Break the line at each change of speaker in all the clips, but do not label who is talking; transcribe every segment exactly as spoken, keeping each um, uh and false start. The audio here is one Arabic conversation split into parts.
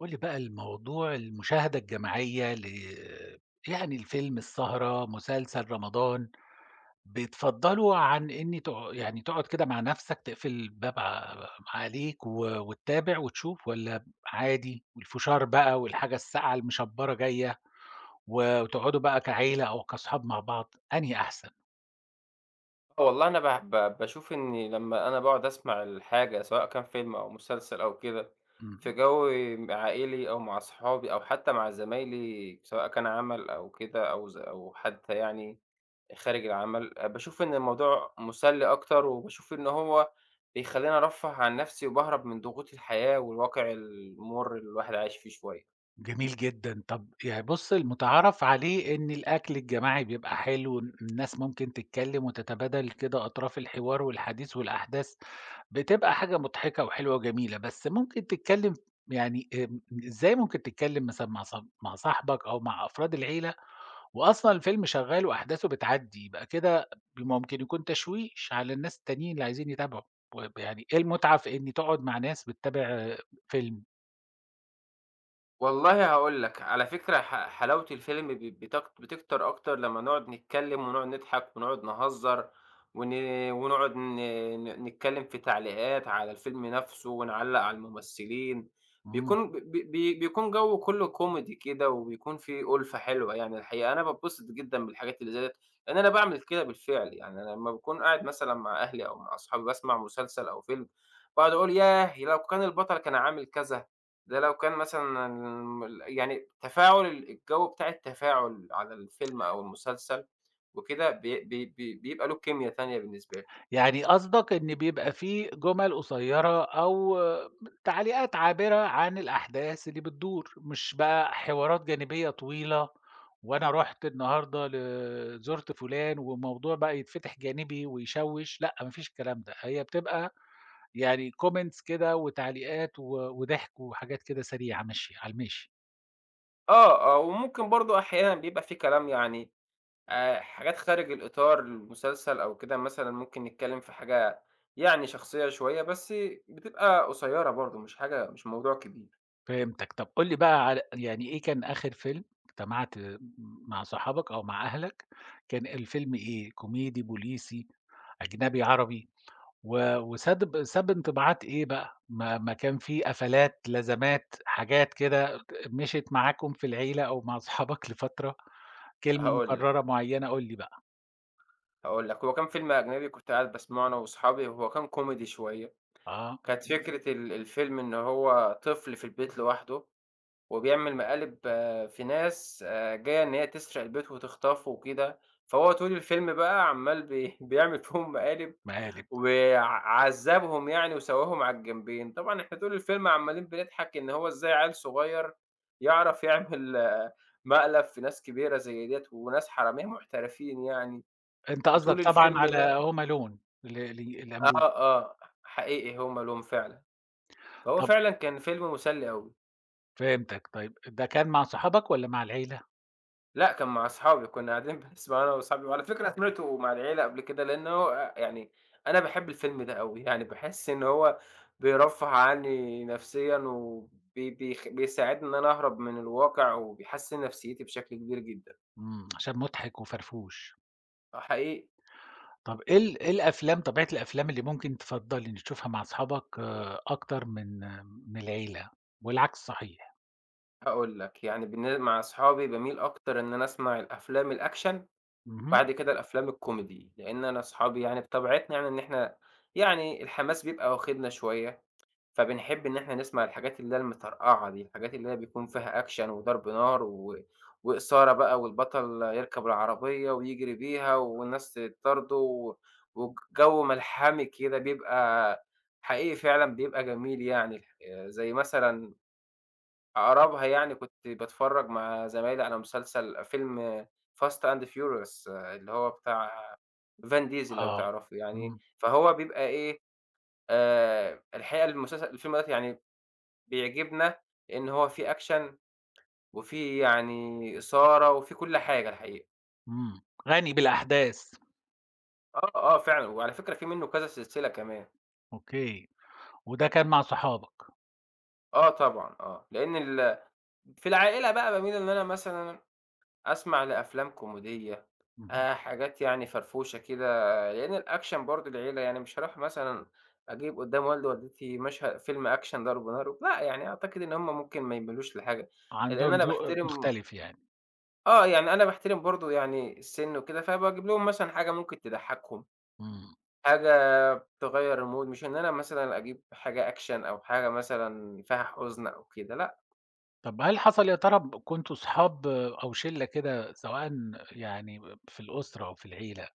قُل لي بقى الموضوع المشاهدة الجماعية ل يعني الفيلم، السهرة، مسلسل، رمضان، بتفضّله عن إن تق يعني تقعد كده مع نَفْسك تقفل الباب ع عليك و وتتابع وتشوف والّا عادي والفشار بقى والحاجة الساقعة المشبّرة جاية و وتقعدوا بقى كعيلة أو كأصحاب مع بعض، أنهي أحسن؟
آه والله. أنا باح ب باشوف إني لمّا أنا باقعد أسمع الحاجة سواء كان فيلم أو مسلسل أو كده، في
إمم.
جو عائلي أو مع صحابي أو حتى مع زمايلي سواء كان عمل أو كده أو ز أو حتى يعني خارج العمل، آآ باشوف إن الموضوع مسلي أكتر، وباشوف إن هو بيخلّيني أرفّه عن نَفْسي وباهرب من ضغوط الحياة والواقع المُر اللي الواحد عايش فيه شوية.
جميل جدًا. طب يعني بُص المُتعارف عليه إن الأكل الجماعي بيبقى حلو، الناس ممكن تتكلّم وتتبادل كده أطراف الحوار والحديث والأحداث، بتبقى حاجة مضحكة وحلوة وجميلة، بس ممكن تتكلّم يعني آمم، إزاي ممكن تتكلّم مثلًا مع صا مع صاحبك أو مع أفراد العيلة وأصلًا الفيلم شغّال وأحداثه بتعدّي، يبقى كده ممكن يكون تشويش على الناس التانيين اللي عايزين يتابعوا، وب يعني إيه المُتعة في إن تقعد مع ناس بتتابع آه، فيلم؟
والله هاقول لك، على فكرة ح حلاوة الفيلم ب بتكت بتكتر أكتر لمّا نقعد نتكلّم ونقعد نضحك ونقعد نهزّر ون ونقعد ن ن نتكلّم في تعليقات على الفيلم نَفْسه ونعلّق على الممثلين.
إمم.
بيكون ب ب بي بيكون جَوّ كُلّه كوميدي كده، وبيكون في أُلفة حلوة يعني الحقيقة. أنا باتبسط جدًا بالحاجات اللي زي ديّة، لإن أنا باعمل كده بالفعل. يعني أنا لمّا باكون قاعد مثلًا مع أهلي أو مع أصحابي باسمع مسلسل أو فيلم، باقعد أقول ياه! لو كان البطل كان عامل كذا. ده لو كان مثلًا الم يعني تفاعل الجو بتاع التفاعل على الفيلم أو المسلسل وكده بي بي بي بيبقى له كيميا تانية بالنسبة لي.
يعني قصدك إن بيبقى في جُمَل قصيّرة أو تعليقات عابرة عن الأحداث اللي بتدور، مش بقى حوارات جانبية طويلة، وأنا رُحت النهارده ل زُرت فُلان والموضوع بقى يتفتح جانبي ويشوِّش، لأ ما فيش الكلام ده، هي بتبقى يعني comments كده وتعليقات و وضحك وحاجات كده سريعة ماشية على الماشي.
آه، آه، وممكن برضه أحيانًا بيبقى في كلام، يعني آآ حاجات خارج الإطار المسلسل أو كده، مثلًا ممكن نتكلم في حاجة يعني شخصية شوية، بس بتبقى قصيّرة برضه، مش حاجة، مش موضوع كبير.
فهمتك، طب قُل لي بقى على يعني إيه كان آخر فيلم اجتمعت مع صحابك أو مع أهلك، كان الفيلم إيه، كوميدي، بوليسي، أجنبي، عربي، و وساب ساب انطباعات إيه بقى؟ ما ما كان في قفلات، لازمات، حاجات كده مشيت معاكم في العيلة أو مع صحابك لفترة، كلمة
هاقول لك،
مكررة معينة قُل لي بقى،
هاقول لك، هو كان فيلم أجنبي كنت قاعد باسمعه أنا وأصحابي، هو كان كوميدي شوية.
آه،
كانت فكرة ال الفيلم إن هو طفل في البيت لوحده، وبيعمل مقالب، آه، في ناس آآ جاية إن هي تسرق البيت وتخطفه وكده، فهو طول الفيلم بقى عمّال بي بيعمل فيهم مقالب
مقالب،
وع عذّبهم يعني وسواهم على الجنبين. طبعًا إحنا طول الفيلم عمّالين بنضحك إن هو إزاي عيل صغير يعرف يعمل، آه، مقلب في ناس كبيرة زي ديّة وناس حرامية محترفين يعني،
أنت قصدك
وطول
طبعًا
الفيلم
على
بقى
Home Alone ل ل الأمريكي،
آه، آه، حقيقي هم لهم فعلًا، فهو
طب
فعلًا كان فيلم مسلي أوي.
فهمتك، طيب ده كان مع صحابك والّا مع العيلة؟
لأ، كان مع أصحابي، كنا قاعدين بنسمع أنا وأصحابي، وعلى فكرة سمعته مع العيلة قبل كده، لأنه أ يعني أنا باحب الفيلم ده أوي. يعني باحس إن هو بيرفّه عني نفسيًا، وبي بيخ بيساعدني إن أنا أهرب من الواقع، وبيحسّن نفسيتي بشكل كبير جدًا.
إمم، عشان مُضحك وفرفوش.
آه، حقيقي.
طَب إيه ال إيه الأفلام طبيعة الأفلام اللي ممكن تفضّلي إن تشوفها مع أصحابك آه، أكتر من آه، من العيلة والعكس صحيح.
هاقول لك، يعني بالن مع أصحابي باميل أكتر إن أنا أسمع الأفلام الأكشن،
اهم،
بعد كده الأفلام الكوميدي، لإن أنا أصحابي يعني بطبيعتنا يعني إن إحنا يعني الحماس بيبقى واخدنا شوية. فبنحب إن إحنا نسمع الحاجات اللي هي المطرقعة دي، الحاجات اللي هي بيكون فيها أكشن وضرب نار و وإثارة بقى، والبطل يركب العربية ويجري بيها والناس تطارده، و والجو ملحمي كده بيبقى حقيقي فعلًا، بيبقى جميل يعني الح زي مثلًا أقربها، يعني كنت باتفرّج مع زمايلي على مسلسل فيلم Fast and Furious اللي هو بتاع فان ديزل لو
آه.
تعرفه يعني،
إمم،
فهو بيبقى إيه، آآ الحقيقة المسلسل الفيلم دوّة يعني بيعجبنا، لإن هو فيه أكشن وفيه يعني إثارة وفيه كل حاجة الحقيقة.
إمم. غني بالأحداث،
آه، آه فعلًا، وعلى فكرة في منّه كذا سلسلة كمان.
أوكي. وده كان مع صحابك.
آه طبعًا، آه، لإن ال في العائلة بقى باميل إن أنا مثلًا أسمع لأفلام كوميدية،
اهم،
آآ حاجات يعني فرفوشة كده، لإن الأكشن برضه العيلة يعني مش هاروح مثلًا أجيب قدّام والدي ووالدتي مشهد فيلم أكشن ضرب نار، لأ يعني أعتقد إن هُم ممكن ما يميلوش لحاجة، لإن
عندهم
أنا
ذوق
باحترم،
مختلف يعني.
آه، يعني أنا باحترم برضه يعني السِن وكده، فباجيب لهم مثلًا حاجة ممكن تضحّكهم،
إمم.
حاجة تغيّر الmood، مش إن أنا مثلًا أجيب حاجة action أو حاجة مثلًا فيها حُزن أو كده، لأ.
طَب هل حصل يا ترى ب كنتم صحاب أو شِلّة كده سواء يعني في الأسرة أو في العيلة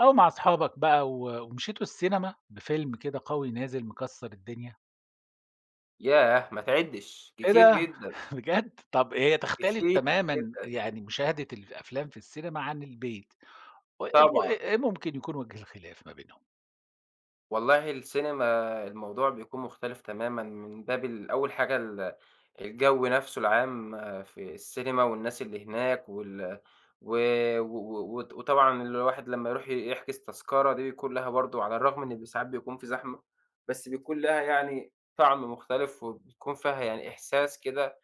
أو مع أصحابك بقى و ومشيتوا السينما بفيلم كده قوي نازل مكسّر الدنيا،
ياه! ما تعدّش،
إيه
كتير
ده؟!
جدًا،
بجد؟! طب هي تختلف
كتير
تمامًا
جدًا،
يعني مشاهدة الأفلام في السينما عن البيت، و إيه
طبعًا.
إيه ممكن يكون وجه الخلاف ما بينهم؟
والله السينما الموضوع بيكون مختلف تمامًا من باب ال أول حاجة ال الجَو نَفْسه العام في السينما، والناس اللي هناك وال و و وت وطبعًا الواحد لمّا يروح ي يحجز تذكرة دي بيكون لها برضه، على الرغم إن ب ساعات بيكون في زحمة، بس بيكون لها يعني طَعم مختلف، وبيكون فيها يعني إحساس كده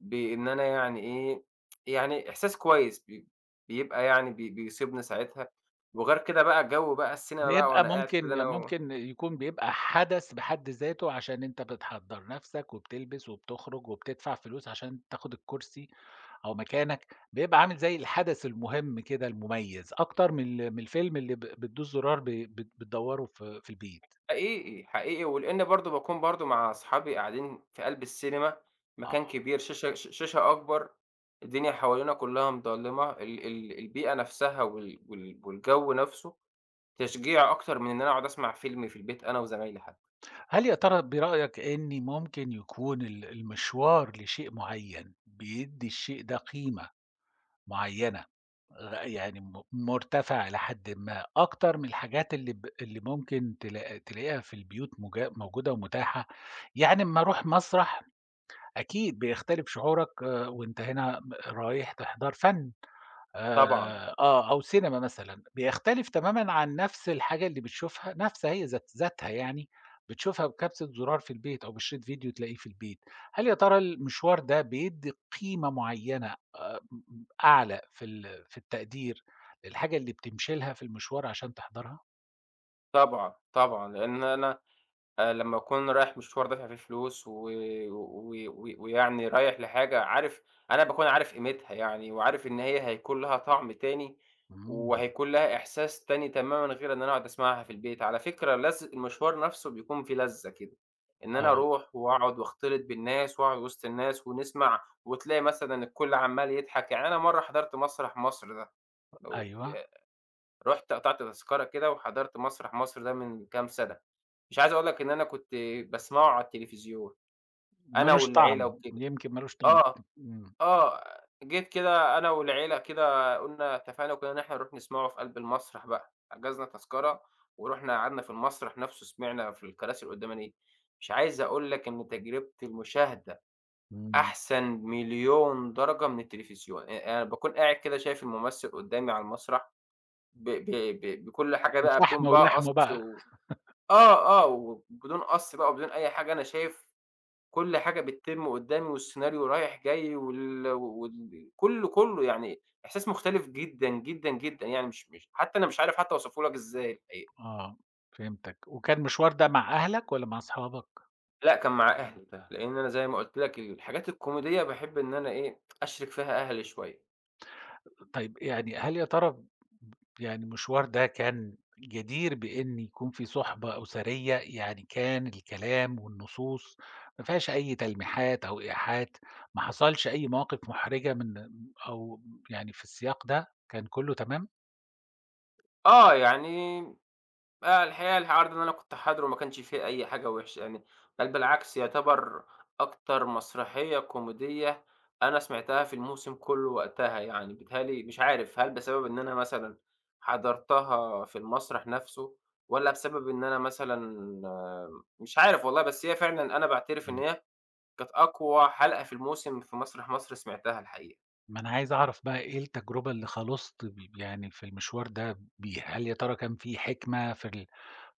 بإن أنا يعني إيه، يعني إحساس كويس بي بيبقى يعني بي بيصيبني ساعتها، وغير كده بقى الجَو بقى السينما بقى
بيبقى
وأنا قاعد كده أنا
ممكن
و
ممكن يكون بيبقى حدث بحد ذاته عشان أنت بتحضّر نَفْسك وبتلبس وبتخرج وبتدفع فلوس عشان تاخد الكرسي. أو مكانك، بيبقى عامل زي الحدث المهم كده المميز، أكتر من ال من الفيلم اللي ب بتدوس زرار ب بت بتدوّره في في البيت.
حقيقي، حقيقي، ولإن برضه باكون برضه مع أصحابي قاعدين في قلب السينما،
آه،
مكان كبير، شاشة ش شاشة أكبر، الدنيا حوالينا كلّها مضلِّمة، ال ال البيئة نفسها وال وال والجو نفسه تشجيع أكتر من إن أنا أقعد أسمع فيلم في البيت أنا وزمايلي حتى.
هل يا ترى برأيك إن ممكن يكون ال المشوار لشيء معين بيدّي الشيء ده قيمة معينة غ يعني م مرتفعة إلى حدٍ ما أكتر من الحاجات اللي ب اللي ممكن تلا تلاقيها في البيوت موجا موجودة ومتاحة؟ يعني أمّا أروح مسرح أكيد بيختلف شعورك آه، وأنت هنا م رايح تحضر فَن.
طبعًا،
آآ آه، أو سينما مثلًا، بيختلف تمامًا عن نفس الحاجة اللي بتشوفها نفسها هي ذات ذاتها يعني، بتشوفها بكبسة زرار في البيت أو بشريط فيديو تلاقيه في البيت. هل يا ترى المشوار ده بيدّي قيمة معيّنة آآ م أعلى في ال في التقدير للحاجة اللي بتمشي لها في المشوار عشان تحضرها؟
طبعًا، طبعًا، لإن أنا آآ لمّا أكون رايح مشوار دافع فيه فلوس و و و ويعني رايح لحاجة عارف، أنا باكون عارف قيمتها يعني، وعارف إن هي هيكون لها طعم تاني،
إمم،
وهيكون لها إحساس تاني تمامًا غير إن أنا أقعد أسمعها في البيت. على فكرة لذ المشوار نفسه بيكون فيه لذة كده، إن أنا
آه،
أروح وأقعد وأختلط بالناس وأقعد وسط الناس ونسمع، وتلاقي مثلًا الكل عمّال يضحك. يعني أنا مرّة حضرت مسرح مصر ده، لو
أيوه،
ي رُحت قطعت تذكرة كده وحضرت مسرح مصر ده من كام سنة. مش عايز أقول لك إن أنا كنت باسمعه على التلفزيون، أنا
مالوش طعم،
والعيلة وكده.
يمكن مالوش طعم.
آه،
إمم،
آه، جيت كده أنا والعيلة كده قُلنا اتفقنا وكده إن إحنا نروح نسمعه في قلب المسرح بقى، حجزنا تذكرة ورُحنا قعدنا في المسرح نفسه، سمعنا في الكراسي القدّامانية. مش عايز أقول لك إن تجربة المشاهدة
إمم،
أحسن مليون درجة من التلفزيون. أ أنا باكون قاعد كده شايف الممثل قدّامي على المسرح ب ب ب بكل حاجة
دي
بقى، بدون
شحمة
بقى قَص
ولحمة بقى.
و آه، آه، وبدون قَص بقى وبدون أي حاجة، أنا شايف كل حاجة بتتم قدّامي والسيناريو رايح جاي وال وال كُلّه، كُلّه يعني إحساس مختلف جدًا، جدًا، جدًا، يعني مش مش حتى أنا مش عارف حتى أوصفه لك إزاي الحقيقة.
آه، فهمتك. وكان المشوار ده مع أهلك والّا مع أصحابك؟
لأ كان مع أهلي ده، لإن أنا زي ما قُلت لك الحاجات الكوميدية باحب إن أنا إيه، أشرِك فيها أهلي شوية.
طيب يعني هل يا ترى ب يعني المشوار ده كان جدير بإن يكون في صُحبة أسرية، يعني كان الكلام والنصوص ما فيهاش أي تلميحات أو إيحاءات، ما حصلش أي مواقف محرجة من أو يعني في السياق ده، كان كلّه تمام؟
آه، يعني آآ الحقيقة العرض اللي أنا كنت حاضره ما كانش فيه أي حاجة وِحشة يعني، بل بالعكس يعتبر أكتر مسرحية كوميدية أنا سمعتها في الموسم كُلّه وقتها يعني. بيتهيأ لي مش عارف هل بسبب إن أنا مثلًا حضرتها في المسرح نَفْسه والّا بسبب إن أنا مثلًا آه، مش عارف والله، بس هي فعلًا أنا باعترف إن
إمم.
هي كانت أقوى حلقة في الموسم في مسرح مصر سمعتها الحقيقة.
ما أنا عايز أعرف بقى إيه التجربة اللي خلصت ب يعني في المشوار ده بيها، هل يا ترى كان في حكمة في ال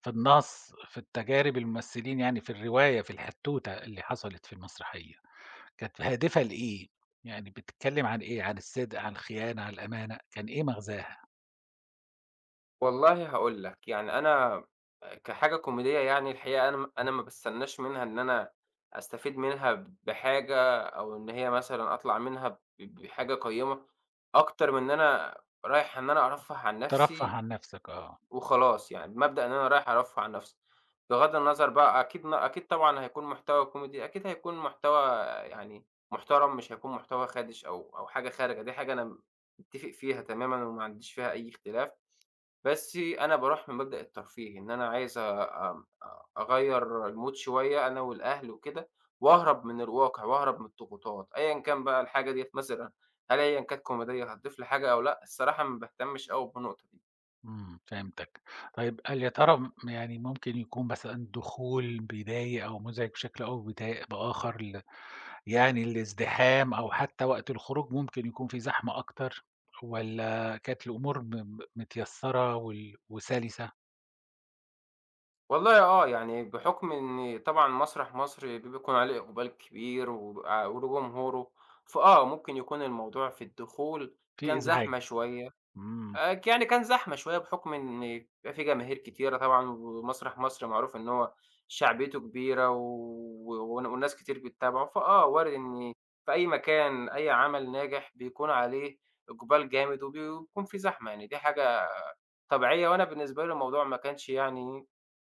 في النص، في التجارب الممثلين يعني في الرواية، في الحتوتة اللي حصلت في المسرحية؟ كانت هادفة لإيه؟ يعني بتتكلم عن إيه؟ عن الصدق، عن الخيانة، عن الأمانة، كان إيه مغزاها؟
والله هاقول لك، يعني أنا كحاجة كوميدية يعني الحقيقة أنا م أنا ما باستناش منها إن أنا أستفيد منها بحاجة أو إن هي مثلًا أطلع منها ب بحاجة قيّمة، أكتر من إن أنا رايح إن أنا أرفّه عن
ترفّه
نَفْسي
عن نَفْسك آه،
وخلاص. يعني بمبدأ إن أنا رايح أرفّه عن نَفْسي، بغض النظر بقى، أكيد ن أكيد طبعًا هيكون محتوى كوميدي، أكيد هيكون محتوى يعني محترم، مش هيكون محتوى خادش أو أو حاجة خارجة، دي حاجة أنا متّفق فيها تمامًا وما عنديش فيها أي اختلاف. بس أنا باروح من مبدأ الترفيه، إن أنا عايز أ آمم أ أغيّر المود شوية أنا والأهل وكده، وأهرب من الواقع وأهرب من الضغوطات، أيًا كان بقى الحاجة ديّة مثلًا هل هي كانت كوميدية هتضيف لي حاجة أو لأ، الصراحة ما باهتمش أوي بالنقطة دي.
إمم، فهمتك. طيب هل يا ترى م يعني ممكن يكون مثلًا دخول بداية أو مزعج بشكل أو بدا بآخر ل يعني الازدحام أو حتى وقت الخروج ممكن يكون في زحمة أكتر والّا كانت الأمور م م متيسّرة وال وسَلِسة؟
والله آه، يعني بحكم إن طبعًا مسرح مصر بيكون عليه إقبال كبير وبيبقى وله جمهوره، فآه ممكن يكون الموضوع في الدخول
في
كان
إزعاج.
زحمة شوية.
إمم.
آآ ك يعني كان زحمة شوية بحُكم إن بيبقى في جماهير كتيرة طبعًا، ومسرح مصر معروف إن هو شعبيته كبيرة و ون وناس كتير بتتابعه، فآه وارد إن في أي مكان أي عمل ناجح بيكون عليه إقبال جامد وبيكون في زحمة، يعني دي حاجة طبيعية. وأنا بالنسبة لي الموضوع ما كانش يعني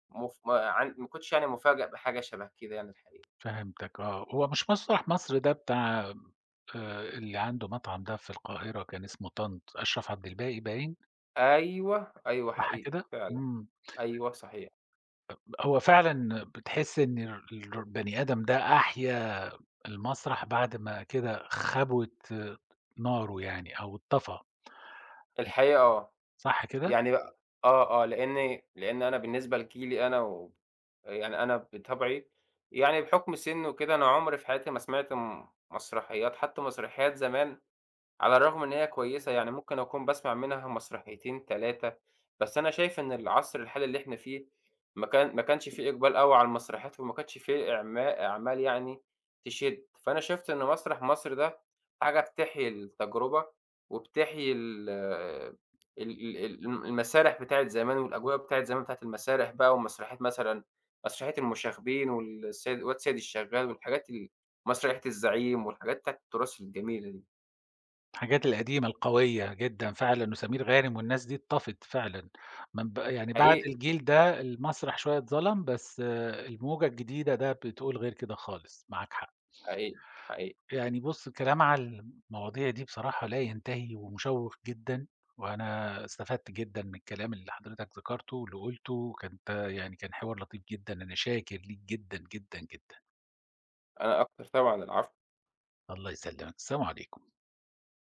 مف ما عن ما كنتش يعني مفاجأ بحاجة شبه كده يعني الحقيقة.
فهمتك آه، هو مش مسرح مصر ده بتاع آآ، اللي عنده مطعم ده في القاهرة كان اسمه طنط، أشرف عبد الباقي باين
أيوه، أيوه
صح
حقيقي
كده؟
فعلًا،
إمم،
أيوه صحيح،
هو فعلًا بتحس إن ال البني آدم ده أحيا المسرح بعد ما كده خبوت آه، ناره يعني أو اتطفى،
الحقيقة آه.
صح كده؟
يعني بقى آه، آه، لإن لإن أنا بالنسبة لجيلي أنا و يعني أنا بطبعي، يعني بحُكم سِنّي وكده، أنا عُمري في حياتي ما سمعت م مسرحيات، حتى مسرحيات زمان على الرغم إن هي كويسة، يعني ممكن أكون باسمع منها مسرحيتين، ثلاثة. بس أنا شايف إن العصر الحالي اللي إحنا فيه ما كان ما كانش في إقبال أوي على المسرحيات، وما كانش في إعما أعمال يعني تشد، فأنا شِفت إن مسرح مصر ده حاجة بتحيي التجربة، وبتحيي ال ال ال الم المسارح بتاعة زمان، والأجواء بتاعة زمان بتاعة المسارح بقى، ومسرحيات مثلًا مسرحية المشاغبين، والسيد الواد سيد الشغال، والحاجات ال مسرحية الزعيم، والحاجات بتاعة التراث الجميلة دي،
الحاجات القديمة القوية جدًا فعلًا، وسمير غانم والناس دي اتطفت فعلًا، من ب يعني بعد
حقيقي.
الجيل ده المسرح شوية اتظلم، بس آه، الموجة الجديدة ده بتقول غير كده خالص، معاك حق.
حقيقي، حقيقي.
يعني بُص الكلام على المواضيع دي بصراحة لا ينتهي ومشوّق جدًا، وأنا استفدت جدًا من الكلام اللي حضرتك ذكرته واللي قُلته، وكانت يعني كان حوار لطيف جدًا، أنا شاكر ليك جدًا، جدًا، جدًا.
أنا أكتر طبعًا، العفو.
الله يسلمك، السلام عليكم.